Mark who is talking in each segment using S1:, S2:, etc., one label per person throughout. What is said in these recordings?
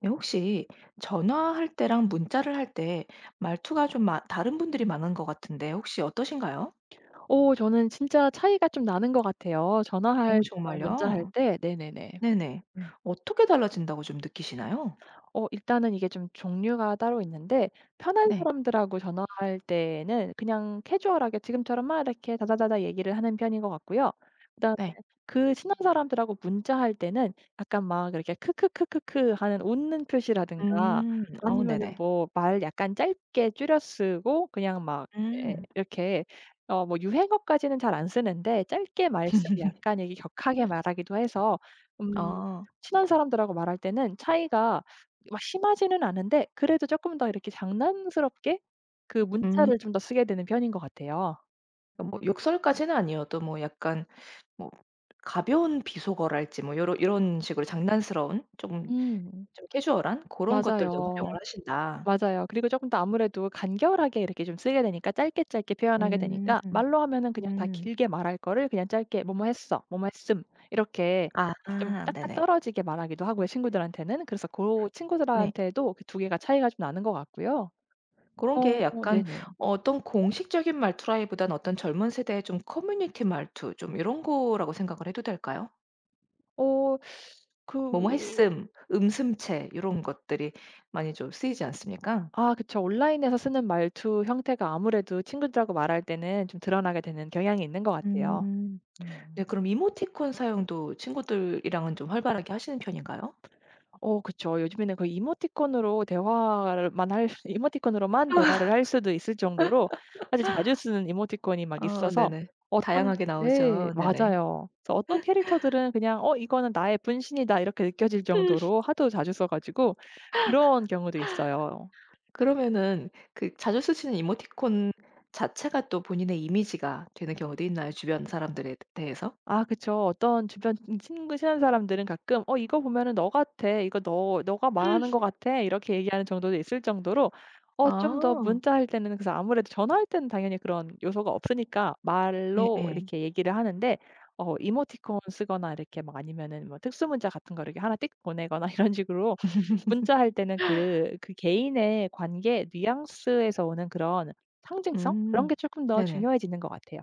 S1: 네, 혹시 전화할 때랑 문자를 할 때 말투가 좀 다른 분들이 많은 것 같은데 혹시 어떠신가요?
S2: 저는 진짜 차이가 좀 나는 것 같아요. 전화할
S1: 어,
S2: 때랑 문자할
S1: 정말요?
S2: 때. 네네네.
S1: 네네.
S2: 음.
S1: 어떻게 달라진다고 좀 느끼시나요?
S2: 일단은 이게 좀 종류가 따로 있는데 편한
S1: 네,
S2: 사람들하고 전화할 때는 그냥 캐주얼하게 지금처럼 막 이렇게 다다다다 얘기를 하는 편인 것 같고요. 그다음에
S1: 네.
S2: 그 친한 사람들하고 문자할 때는 약간 막 이렇게 크크크크크 하는 웃는 표시라든가
S1: 어,
S2: 아니면은
S1: 네네.
S2: 뭐 말 약간 짧게 줄여 쓰고 그냥 막 예
S1: 음,
S2: 이렇게 뭐 유행어까지는 잘 안 쓰는데 짧게 말 쓰고 약간 이게 격하게 말하기도 해서 음
S1: 어,
S2: 친한 사람들하고 말할 때는 차이가 막 심하지는 않은데 그래도 쪼끔 더 이렇게 장난스럽게 그
S1: 음.
S2: 문자를 좀 더 쓰게 되는 편인 것 같아요.
S1: 그러니까 뭐 욕설까지는 아니어도 뭐 약간 뭐 가벼운 비속어랄지 뭐 요런 이런 식으로 장난스러운 조금
S2: 음.
S1: 좀 캐주얼한 그런 것들도
S2: 맞아요.
S1: 활용을 하신다.
S2: 맞아요. 그리고 쪼끔 더 아무래도 간결하게 이렇게 좀 쓰게 되니까 짧게 짧게 표현하게
S1: 음,
S2: 되니까 말로 하면은 그냥 다
S1: 음.
S2: 길게 말할 거를 그냥 짧게 "뭐뭐 했어." "뭐뭐 했음." 이렇게
S1: 아,
S2: 좀
S1: 아,
S2: 딱딱
S1: 네네.
S2: 떨어지게 말하기도 하고요 친구들한테는. 그래서 고
S1: 네.
S2: 친구들한테도 그 두 개가 차이가 좀 나는 것 같고요.
S1: 그런
S2: 어
S1: 게 약간
S2: 네네.
S1: 어떤 공식적인 말투라기보단 어떤 젊은 세대의 좀 커뮤니티 말투 좀 이런 거라고 생각을 해도 될까요?
S2: 어그
S1: 뭐뭐 했음, 음슴체 이런 것들이 많이 좀 쓰이지 않습니까?
S2: 아 그쵸. 온라인에서 쓰는 말투 형태가 아무래도 친구들하고 말할 때는 좀 드러나게 되는 경향이 있는 것 같아요.
S1: 음.
S2: 음.
S1: 네, 그럼 이모티콘 사용도 친구들이랑은 좀 활발하게 하시는 편인가요?
S2: 어 그쵸. 요즘에는 거의 이모티콘으로 대화만 할 수 이모티콘으로만 대화를 할 수도 있을 정도로 아주 자주 쓰는 이모티콘이 막
S1: 어
S2: 있어서
S1: 네네.
S2: 어떤
S1: 다양하게
S2: 네
S1: 나오죠. 네네.
S2: 맞아요. 그래서 어떤 캐릭터들은 그냥 '어 이거는 나의 분신이다.' 이렇게 느껴질
S1: 음.
S2: 정도로 하도 자주 써 가지고 그런 경우도 있어요.
S1: 그러면은 그 자주 쓰시는 이모티콘 자체가 또 본인의 이미지가 되는 경우도 있나요? 주변 사람들에 대해서?
S2: 아 그쵸. 어떤 주변 친구 친한 사람들은 가끔 "어 이거 보면은 너 같아. 이거 너 너가
S1: 음.
S2: 말하는 것 같아." 이렇게 얘기하는 정도도 있을 정도로 좀 더
S1: 아.
S2: 문자할 때는 그래서 아무래도 전화할 때는 당연히 그런 요소가 없으니까 말로
S1: 예예.
S2: 이렇게 얘기를 하는데 어 이모티콘 쓰거나 이렇게 막 아니면은 뭐 특수 문자 같은 거 이렇게 하나 띡 보내거나 이런 식으로 문자할 때는 그 개인의 관계 뉘앙스에서 오는 그런 상징성? 그런
S1: 음.
S2: 게 조금 더
S1: 네네.
S2: 중요해지는 것 같아요.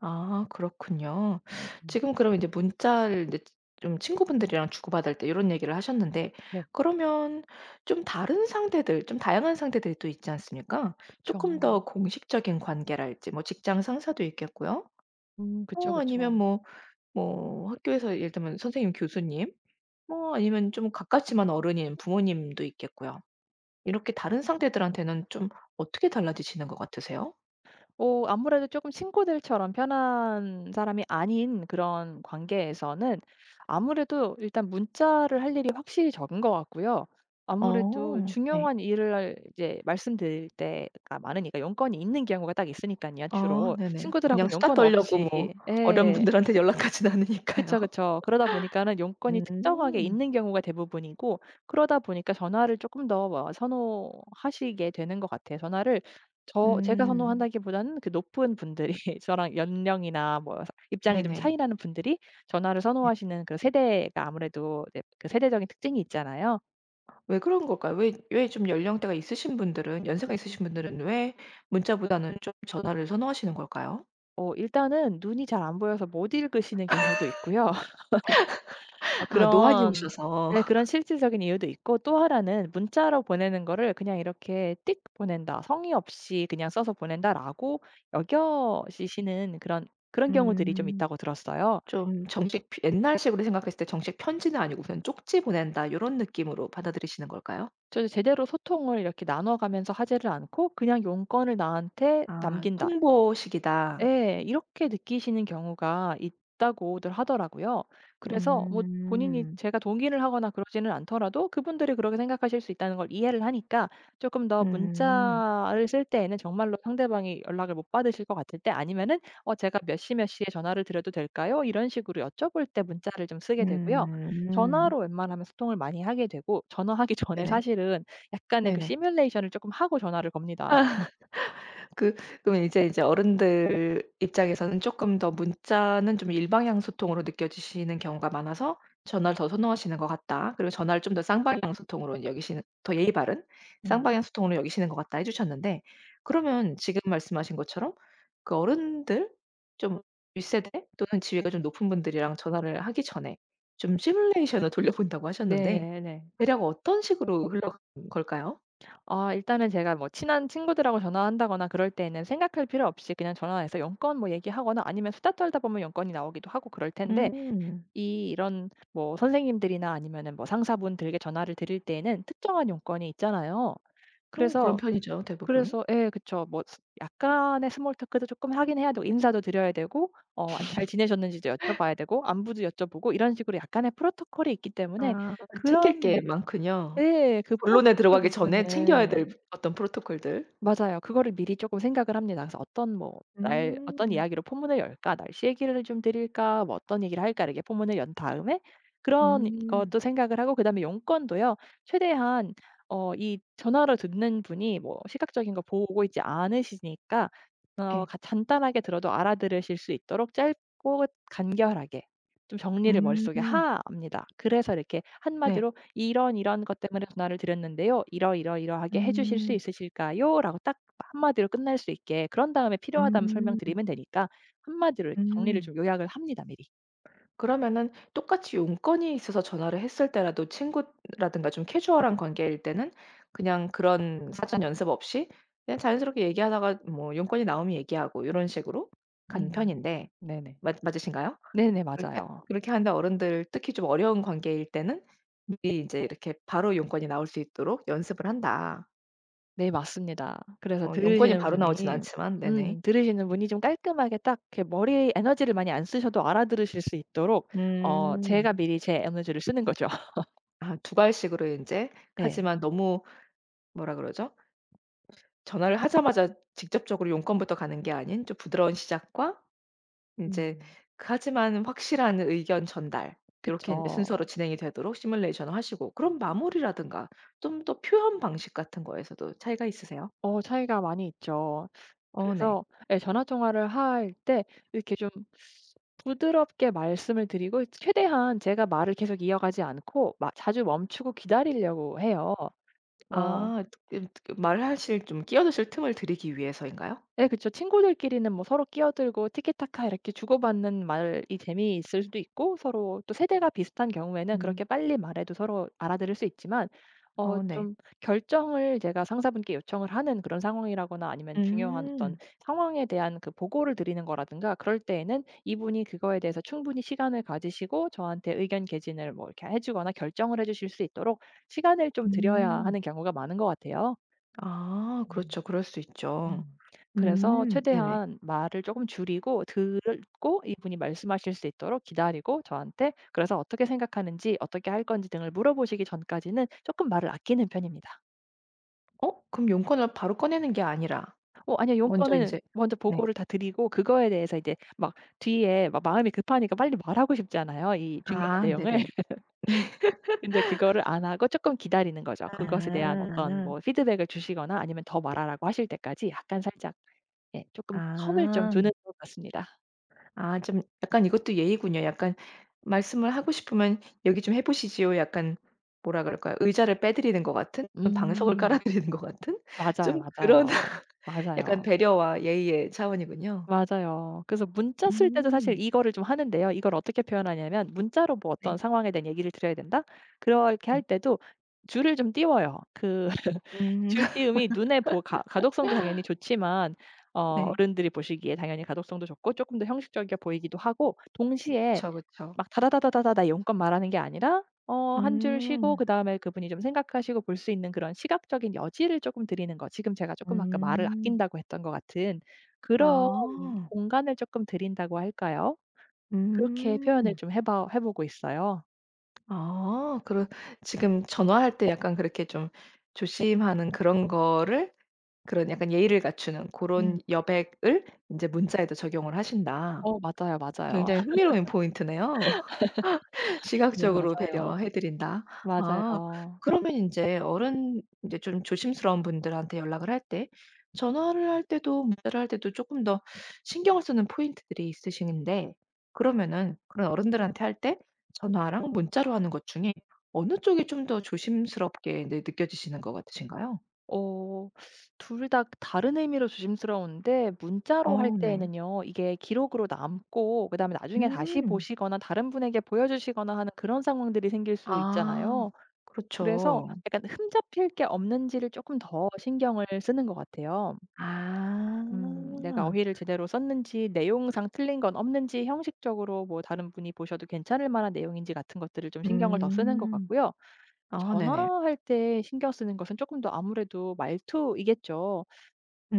S1: 아 그렇군요.
S2: 음.
S1: 지금 그럼 인제 문자를 인제 좀 친구분들이랑 주고받을 때 요런 얘기를 하셨는데
S2: 네.
S1: 그러면 좀 다른 상대들 좀 다양한 상대들이 또 있지 않습니까?
S2: 그쵸.
S1: 쪼끔 더 공식적인 관계랄지 뭐 직장 상사도 있겠고요.
S2: 그쵸,
S1: 어 아니면
S2: 그쵸.
S1: 뭐 뭐 학교에서 예를 들면 선생님, 교수님 뭐 아니면 좀 가깝지만 어른인 부모님도 있겠고요. 이렇게 다른 상대들한테는 좀 어떻게 달라지시는 것 같으세요?
S2: 아무래도 쪼끔 친구들처럼 편한 사람이 아닌 그런 관계에서는 아무래도 일단 문자를 할 일이 확실히 적은 것 같고요. 아무래도
S1: 어. 네.
S2: 중요한 일을 이제 말씀드릴 때가 많으니까 용건이 있는 경우가 딱 있으니깐요
S1: 아
S2: 주로.
S1: 네네. 그냥
S2: 친구들하고는
S1: 수다
S2: 용건
S1: 떨려고 뭐
S2: 없이 예.
S1: 어른분들한테 연락하진 않으니까요.
S2: 그쵸, 그쵸. 그러다 보니까는 용건이 특정하게
S1: 음.
S2: 있는 경우가 대부분이고 그러다 보니까 전화를 조금 더 뭐 선호하시게 되는 것 같아요. 전화를 제가
S1: 음.
S2: 선호한다기보다는 그 높은 분들이 저랑 연령이나 뭐 입장이 좀
S1: 네네.
S2: 차이 나는 분들이 전화를
S1: 네.
S2: 선호하시는 그 세대가 아무래도 이제 그 세대적인 특징이 있잖아요.
S1: 왜 그런 걸까요? 왜 좀 연령대가 있으신 분들은 연세가 있으신 분들은 왜 문자보다는 좀 전화를 선호하시는 걸까요?
S2: 어 일단은 눈이 잘 안 보여서 못 읽으시는 경우도 있고요. 어
S1: 아 노안이
S2: 그런
S1: 오셔서.
S2: 네 그런 실질적인 이유도 있고 또 하나는 '문자로 보내는 거를 그냥 이렇게 띡 보낸다. 성의 없이 그냥 써서 보낸다.'라고 여겨지시는 그런 그런 경우들이 좀
S1: 음.
S2: 있다고 들었어요.
S1: 좀 정식 피 옛날식으로 생각했을 때 정식 편지는 아니고 우선 쪽지 보낸다 요런 느낌으로 받아들이시는 걸까요?
S2: 저도 제대로 소통을 이렇게 나눠 가면서 하지를 않고 그냥 용건을 나한테
S1: 아
S2: 남긴다.
S1: 통보식이다.
S2: 예. 이렇게 느끼시는 경우가 있다고들 하더라고요. 그래서 뭐 본인이
S1: 음.
S2: 제가 동의를 하거나 그러지는 않더라도 그분들이 그렇게 생각하실 수 있다는 걸 이해를 하니까 조금 더
S1: 음.
S2: 문자를 쓸 때에는 정말로 상대방이 연락을 못 받으실 것 같을 때 아니면은 "어 제가 몇 시, 몇 시에 전화를 드려도 될까요?" 이런 식으로 여쭤볼 때 문자를 좀 쓰게 되고요.
S1: 음.
S2: 전화로 웬만하면 소통을 많이 하게 되고 전화하기 전에
S1: 네네.
S2: 사실은 약간의 그
S1: 네네.
S2: 시뮬레이션을 조금 하고 전화를 겁니다.
S1: 그 그러면 이제 어른들 입장에서는 쪼끔 더 문자는 좀 일방향 소통으로 느껴지시는 경우가 많아서 전화를 더 선호하시는 것 같다. 그리고 전화를 좀 더 쌍방향 소통으로 여기시는 더 예의 바른
S2: 음.
S1: 쌍방향 소통으로 여기시는 것 같다 해 주셨는데 그러면 지금 말씀하신 것처럼 그 어른들 좀 윗세대 또는 지위가 좀 높은 분들이랑 전화를 하기 전에 좀 시뮬레이션을 돌려본다고 하셨는데
S2: 네. 네.
S1: 대략 어떤 식으로 흘러간 걸까요?
S2: 아 일단은 제가 뭐 친한 친구들하고 전화한다거나 그럴 때에는 생각할 필요 없이 그냥 전화해서 연건 뭐 얘기하거나 아니면 수다 떨다 보면 연건이 나오기도 하고 그럴 텐데
S1: 음.
S2: 이 이런 뭐 선생님들이나 아니면은 뭐 상사분들에게 전화를 드릴 때에는 특정한 연건이 있잖아요.
S1: 또 그런
S2: 그래서
S1: 편이죠, 대부분.
S2: 그래서 예 그쵸. 뭐 스 약간의 스몰 토크도 조금 하긴 해야 되고 인사도 드려야 되고 어 잘 지내셨는지도 여쭤봐야 되고 안부도 여쭤보고 이런 식으로 약간의 프로토콜이 있기 때문에
S1: 아 챙길 게
S2: 그런
S1: 많군요.
S2: 예. 그
S1: 본론에
S2: 프로토콜
S1: 들어가기 전에 챙겨야
S2: 부분을
S1: 될 어떤 프로토콜들.
S2: 맞아요. 그거를 미리 쪼끔 생각을 합니다. 그래서 '어떤 뭐 날 어떤
S1: 음.
S2: 이야기로 포문을 열까? 날씨 얘기를 좀 드릴까? 뭐 어떤 얘기를 할까?' 이렇게 포문을 연 다음에 그런
S1: 음.
S2: 것도 생각을 하고 그다음에 용건도요. 최대한 어 이 전화로 듣는 분이 뭐 시각적인 거 보고 있지 않으시니까 어
S1: 예.
S2: 가 간단하게 들어도 알아들으실 수 있도록 짧고 간결하게 좀 정리를
S1: 음.
S2: 머릿속에 하 합니다. 그래서 이렇게
S1: 네.
S2: 한마디로 "이런 이런 것 때문에 전화를 드렸는데요. 이러이러이러하게 해 주실 수
S1: 음.
S2: 있으실까요?" 라고 딱 한마디로 끝날 수 있게 그런 다음에 필요하다면
S1: 음.
S2: 설명드리면 되니까 한마디로 정리를
S1: 음.
S2: 좀 요약을 합니다 미리.
S1: 그러면은 똑같이 용건이 있어서 전화를 했을 때라도 친구라든가 좀 캐주얼한 관계일 때는 그냥 그런 사전 연습 없이 그냥 자연스럽게 얘기하다가 뭐 용건이 나오면 얘기하고 이런 식으로 가는
S2: 음.
S1: 편인데
S2: 네네.
S1: 맞 맞으신가요?
S2: 네네.
S1: 그렇게
S2: 맞아요.
S1: 그렇게 하는데 어른들 특히 좀 어려운 관계일 때는 미리 이제 이렇게 바로 용건이 나올 수 있도록 연습을 한다.
S2: 네 맞습니다. 그래서
S1: 어 용건이
S2: 들으시는
S1: 바로 나오진
S2: 분이
S1: 않지만 네네.
S2: 들으시는 분이 좀 깔끔하게 딱 이렇게 머리에 에너지를 많이 안 쓰셔도 알아들으실 수 있도록 어 제가
S1: 음.
S2: 미리 제 에너지를 쓰는 거죠.
S1: 아 두갈씩으로 인제
S2: 네.
S1: 하지만 너무 뭐라 그러죠? 전화를 하자마자 직접적으로 용건부터 가는 게 아닌 좀 부드러운 시작과 인제
S2: 음.
S1: 그 하지만 확실한 의견 전달 요렇게 인제
S2: 그쵸.
S1: 순서로 진행이 되도록 시뮬레이션을 하시고 그런 마무리라든가 좀 더 표현 방식 같은 거에서도 차이가 있으세요?
S2: 어 차이가 많이 있죠.
S1: 어 네.
S2: 그래서 예 전화 통화를 할 때 이렇게 좀 부드럽게 말씀을 드리고 최대한 제가 말을 계속 이어가지 않고 자주 멈추고 기다리려고 해요. 어
S1: 아 그 말하실 좀 끼어드실 틈을 드리기 위해서인가요?
S2: 네, 그쵸. 친구들끼리는 뭐 서로 끼어들고 티키타카 이렇게 주고받는 말이 재미있을 수도 있고 서로 또 세대가 비슷한 경우에는
S1: 음.
S2: 그렇게 빨리 말해도 서로 알아들을 수 있지만 어
S1: 어 네.
S2: 좀 결정을 제가 상사분께 요청을 하는 그런 상황이라거나 아니면 중요한 어떤
S1: 음.
S2: 상황에 대한 그 보고를 드리는 거라든가 그럴 때에는 이분이 그거에 대해서 충분히 시간을 가지시고 저한테 의견 개진을 뭐 이렇게 해 주거나 결정을 해 주실 수 있도록 시간을 좀 드려야
S1: 음.
S2: 하는 경우가 많은 것 같아요.
S1: 아
S2: 음.
S1: 그렇죠. 그럴 수 있죠.
S2: 음. 그래서
S1: 네네.
S2: 최대한 말을 조금 줄이고 듣고 이분이 말씀하실 수 있도록 기다리고 저한테 그래서 어떻게 생각하는지 어떻게 할 건지 등을 물어보시기 전까지는 조금 말을 아끼는 편입니다.
S1: 어 그럼 용건을 바로 꺼내는 게 아니라
S2: 어 아니요.
S1: 먼저 이
S2: 용건은
S1: 제
S2: 먼저
S1: 네.
S2: 보고를 다 드리고 그거에 대해서 이제 막 뒤에 막 마음이 급하니까 빨리 말하고 싶잖아요, 이 중요한
S1: 아
S2: 내용을.
S1: 네네.
S2: 근데 그거를 안 하고 조금 기다리는 거죠. 그것에 대한 어떤
S1: 아.
S2: 뭐 피드백을 주시거나 아니면 더 말하라고 하실 때까지 약간 살짝 예금 텀을 좀
S1: 아.
S2: 두는 것 같습니다.
S1: 아 좀 약간 이것도 예의군요. 약간 말씀을 하고 싶으면 "여기 좀 해 보시지요." 약간 뭐라 그럴까요? 의자를 빼 드리는 것 같은? 방석을 깔아
S2: 음.
S1: 드리는 것 같은?
S2: 맞아요,
S1: 좀 그런
S2: 맞아요.
S1: 약간
S2: 맞아요.
S1: 배려와 예의의 차원이군요.
S2: 맞아요. 그래서 문자 쓸 때도 사실
S1: 음.
S2: 이거를 좀 하는데요. 이걸 어떻게 표현하냐면 문자로 뭐 어떤
S1: 네.
S2: 상황에 대한 얘기를 드려야 된다? 그렇게 할
S1: 네.
S2: 때도 줄을 좀 띄워요. 그
S1: 음.
S2: 줄 띄움이 눈에 보 가 가독성도 당연히 좋지만 어
S1: 네.
S2: 어른들이 보시기에 당연히 가독성도 좋고 조금 더 형식적이어 보이기도 하고 동시에
S1: 그쵸, 그쵸.
S2: 막 다다다다다다다 용건 말하는 게 아니라 어 한 줄 쉬고
S1: 음.
S2: 그다음에 그분이 좀 생각하시고 볼 수 있는 그런 시각적인 여지를 쪼끔 드리는 거 지금 제가 쪼끔 아까 말을
S1: 음.
S2: 아낀다고 했던 것 같은 그런
S1: 아.
S2: 공간을 쪼끔 드린다고 할까요? 그렇게 표현을
S1: 음.
S2: 좀 해봐 해 보고 있어요.
S1: 아. 그런 지금 전화할 때 약간 그렇게 좀 조심하는 그런 거를 그런 약간 예의를 갖추는 그
S2: 음.
S1: 런 여백을 이제 문자에도 적용을 하신다.
S2: 어 맞아요, 맞아요.
S1: 굉장히 흥미로운 포인트네요.
S2: 네
S1: 시각적으로
S2: 맞아요.
S1: 배려해 드린다. 아
S2: 맞아요.
S1: 그러면 인제 어른 인제 좀 조심스러운 분들한테 연락을 할 때 전화를 할 때도 문자를 할 때도 쪼끔 더 신경을 쓰는 포인트들이 있으신데 그러면은 그런 어른들한테 할 때 전화랑 문자로 하는 것 중에 어느 쪽이 좀 더 조심스럽게 네 느껴지시는 것 같으신가요?
S2: 어. 둘 다 다른 의미로 조심스러운데 문자로 할
S1: 어 네.
S2: 때에는요. 이게 기록으로 남고 그다음에 나중에 다시
S1: 음.
S2: 보시거나 다른 분에게 보여주시거나 하는 그런 상황들이 생길 수
S1: 아
S2: 있잖아요. 그래서
S1: 그렇죠.
S2: 약간 흠잡힐 게 없는지를 조금 더 신경을 쓰는 것 같아요.
S1: 아.
S2: 내가 어휘를 제대로 썼는지 내용상 틀린 건 없는지 형식적으로 뭐 다른 분이 보셔도 괜찮을 만한 내용인지 같은 것들을 좀 신경을 더 쓰는 것
S1: 음.
S2: 같고요.
S1: 아 네네.
S2: 전화할 때 신경 쓰는 것은 조금 더 아무래도 말투이겠죠.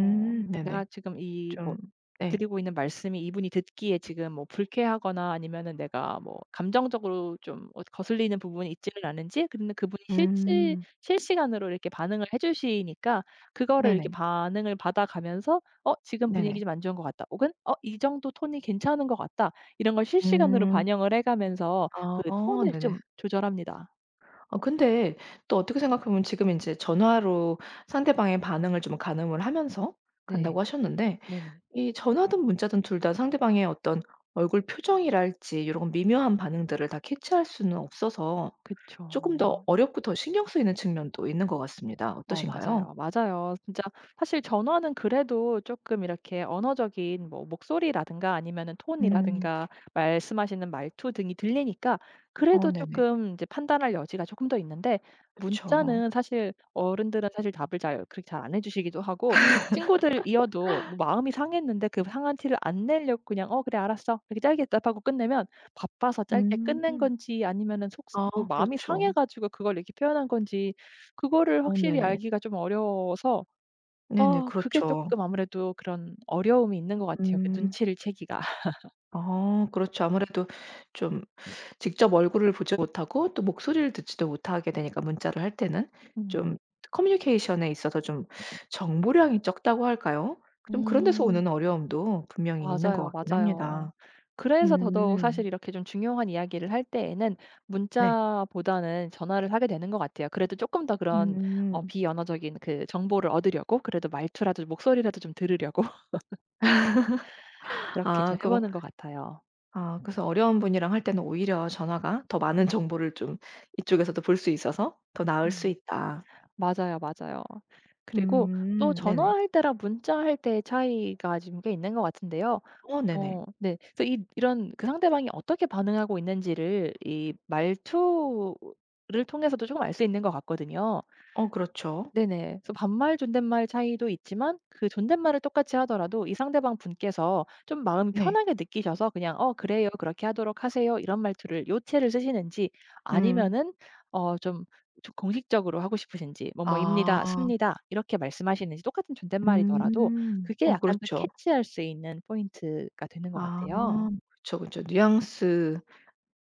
S2: 어 내가
S1: 네네.
S2: 지금 이 뭐
S1: 좀 네.
S2: 드리고 있는 말씀이 이분이 듣기에 지금 뭐 불쾌하거나 아니면은 내가 뭐 감정적으로 좀 어 거슬리는 부분이 있지는 않은지 근데 그분이
S1: 음.
S2: 실시간으로 이렇게 반응을 해 주시니까 그거를 이렇게
S1: 네네.
S2: 반응을 받아가면서 '어 지금 분위기
S1: 네네.
S2: 좀 안 좋은 것 같다.' 혹은 '어 이 정도 톤이 괜찮은 것 같다.' 이런 걸 실시간으로
S1: 음.
S2: 반영을 해 가면서 그
S1: 아
S2: 톤을
S1: 네네.
S2: 좀 조절합니다.
S1: 아 근데 또 어떻게 생각해 보면 지금 인제 전화로 상대방의 반응을 좀 가늠을 하면서
S2: 네.
S1: 간다고 하셨는데
S2: 네. 네네.
S1: 이 전화든 문자든 둘 다 상대방의 어떤 얼굴 표정이랄지 요런 미묘한 반응들을 다 캐치할 수는 없어서
S2: 그쵸.
S1: 쪼끔 더 어렵고 더 신경 쓰이는 측면도 있는 것 같습니다.
S2: 어
S1: 어떠신가요?
S2: 맞아요. 맞아요. 진짜 사실 전화는 그래도 조금 이렇게 언어적인 뭐 목소리라든가 아니면은
S1: 음.
S2: 톤이라든가 말씀하시는 말투 등이 들리니까
S1: 어
S2: 그래도
S1: 네네.
S2: 조금 이제 판단할 여지가 조금 더 있는데
S1: 그쵸.
S2: 문자는 사실 어른들은 사실 답을 잘 그렇게 잘 안 해 주시기도 하고 친구들이어도 뭐 마음이 상했는데 그 상한 티를 안 내려고 그냥 "어 그래 알았어." 이렇게 짧게 답하고 끝내면 바빠서 짧게 끝낸
S1: 음.
S2: 건지 아니면은 속
S1: 아
S2: 뭐 마음이 상해
S1: 그렇죠.
S2: 가지고 그걸 이렇게 표현한 건지 그거를
S1: 어
S2: 확실히
S1: 네네.
S2: 알기가 좀 어려워서
S1: 네네.
S2: 어 그게
S1: 그렇죠.
S2: 쪼끔 아무래도 그런 어려움이 있는 것 같아요, 그
S1: 음.
S2: 눈치를 채기가.
S1: 아 그렇죠. 아무래도 좀 직접 얼굴을 보지 못하고 또 목소리를 듣지도 못하게 되니까 문자를 할 때는
S2: 음.
S1: 좀 커뮤니케이션에 있어서 좀 정보량이 적다고 할까요? 좀 그런 데서
S2: 음.
S1: 오는 어려움도 분명히 있는 것
S2: 맞아요,
S1: 같긴
S2: 맞아요.
S1: 합니다.
S2: 그래서 더더욱 사실
S1: 음.
S2: 이렇게 좀 중요한 이야기를 할 때에는
S1: 네.
S2: 문자보다는 전화를 하게 되는 것 같아요. 그래도 쪼끔 더 그런 어
S1: 음.
S2: 비언어적인 그 정보를 얻으려고 그래도 말투라도 목소리라도 좀 들으려고 그렇게 좀
S1: 아
S2: 해
S1: 그럼
S2: 보는 것 같아요.
S1: 아 그래서 어려운 분이랑 할 때는 오히려 전화가 더 많은 정보를 좀 이쪽에서도 볼 수 있어서 더 나을 수
S2: 음.
S1: 있다.
S2: 맞아요, 맞아요. 그리고 또
S1: 음. 네네.
S2: 전화할 때랑 문자할 때의 차이가 지금 꽤 있는 것 같은데요.
S1: 어 네네.
S2: 어 네. 그래서 이 이런 그 상대방이 어떻게 반응하고 있는지를 이 말투를 통해서도 조금 알 수 있는 것 같거든요.
S1: 어 그렇죠.
S2: 네네. 그래서 반말 존댓말 차이도 있지만 그 존댓말을 똑같이 하더라도 이 상대방 분께서 좀 마음이
S1: 네.
S2: 편하게 느끼셔서 그냥 "어 그래요. 그렇게 하도록 하세요." 이런 말투를 요체를 쓰시는지
S1: 음.
S2: 아니면은 어 좀 좀 공식적으로 하고 싶으신지
S1: 아.
S2: "뭐뭐입니다. 습니다." 이렇게 말씀하시는지 똑같은 존댓말이더라도
S1: 음.
S2: 그게
S1: 어
S2: 약간 더
S1: 그렇죠.
S2: 캐치할 수 있는 포인트가 되는 것
S1: 아
S2: 같아요.
S1: 그죠그죠 뉘앙스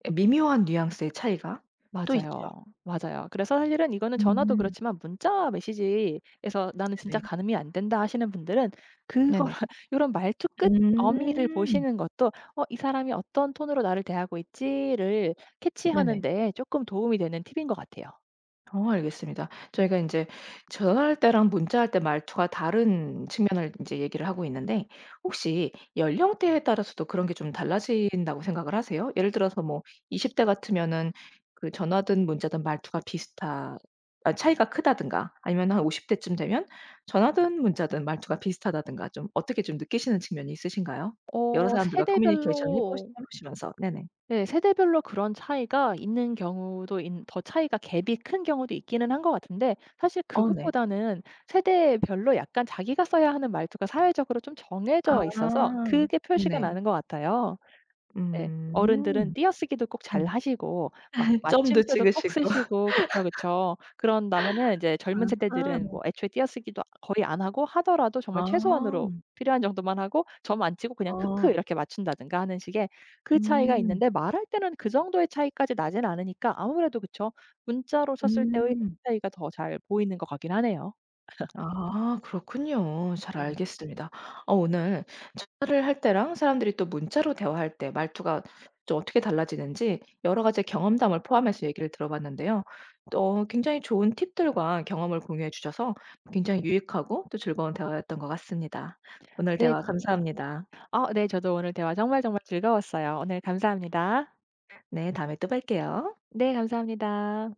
S1: 예 미묘한 뉘앙스의 차이가 또 있죠.
S2: 맞아요. 맞아요. 그래서 사실은 이거는 전화도
S1: 음.
S2: 그렇지만 문자 메시지에서 "나는 진짜
S1: 네네.
S2: 가늠이 안 된다." 하시는 분들은 그거
S1: 네네.
S2: 이런 말투 끝 어미를
S1: 음.
S2: 보시는 것도 '어 이 사람이 어떤 톤으로 나를 대하고 있지?'를 캐치하는
S1: 네네.
S2: 데 조금 도움이 되는 팁인 것 같아요.
S1: 어 알겠습니다. 저희가 이제 전화할 때랑 문자할 때 말투가 다른 측면을 이제 얘기를 하고 있는데 혹시 연령대에 따라서도 그런 게 좀 달라진다고 생각을 하세요? 예를 들어서 뭐 20대 같으면은 그 전화든 문자든 말투가 비슷하 아 차이가 크다든가 아니면 한 50 대쯤 되면 전화든 문자든 말투가 비슷하다든가 좀 어떻게 좀 느끼시는 측면이 있으신가요? 여러
S2: 어
S1: 사람들과 커뮤니케이션을
S2: 세대별로
S1: 해 보시면서. 네네.
S2: 네. 세대별로 그런 차이가 있는 경우도 더 차이가 갭이 큰 경우도 있기는 한 것 같은데 사실
S1: 어 네.
S2: 그것보다는 세대별로 약간 자기가 써야 하는 말투가 사회적으로 좀 정해져 있어서
S1: 아.
S2: 그게 표시가
S1: 네네.
S2: 나는 것 같아요. 네. 어른들은
S1: 음.
S2: 띄어쓰기도 꼭 잘 하시고 막
S1: 점도
S2: 마침표도 꼭
S1: 찍으시고.
S2: 쓰시고 그쵸, 그쵸. 그런다면은 이제 젊은 세대들은
S1: 아하.
S2: 뭐 애초에 띄어쓰기도 거의 안 하고 하더라도 정말 최소한으로
S1: 아.
S2: 필요한 정도만 하고 점 안 치고 그냥 "크크."
S1: 아.
S2: 이렇게 맞춘다든가 하는 식의 그 차이가
S1: 음.
S2: 있는데 말할 때는 그 정도의 차이까지 나진 않으니까 아무래도 그쵸. 문자로 썼을 때의 흐름
S1: 음.
S2: 차이가 더 잘 보이는 것 같긴 하네요.
S1: 아 그렇군요. 잘
S2: 네.
S1: 알겠습니다. 어 오늘 전화를 할 때랑 사람들이 또 문자로 대화할 때 말투가 좀 어떻게 달라지는지 여러 가지 경험담을 포함해서 얘기를 들어봤는데요. 또 굉장히 좋은 팁들과 경험을 공유해 주셔서 굉장히 유익하고 또 즐거운 대화였던 것 같습니다. 오늘
S2: 네.
S1: 대화 감사합니다.
S2: 아 네. 저도 오늘 대화 정말 정말 즐거웠어요. 오늘 감사합니다.
S1: 네 다음에 또 뵐게요.
S2: 네. 감사합니다.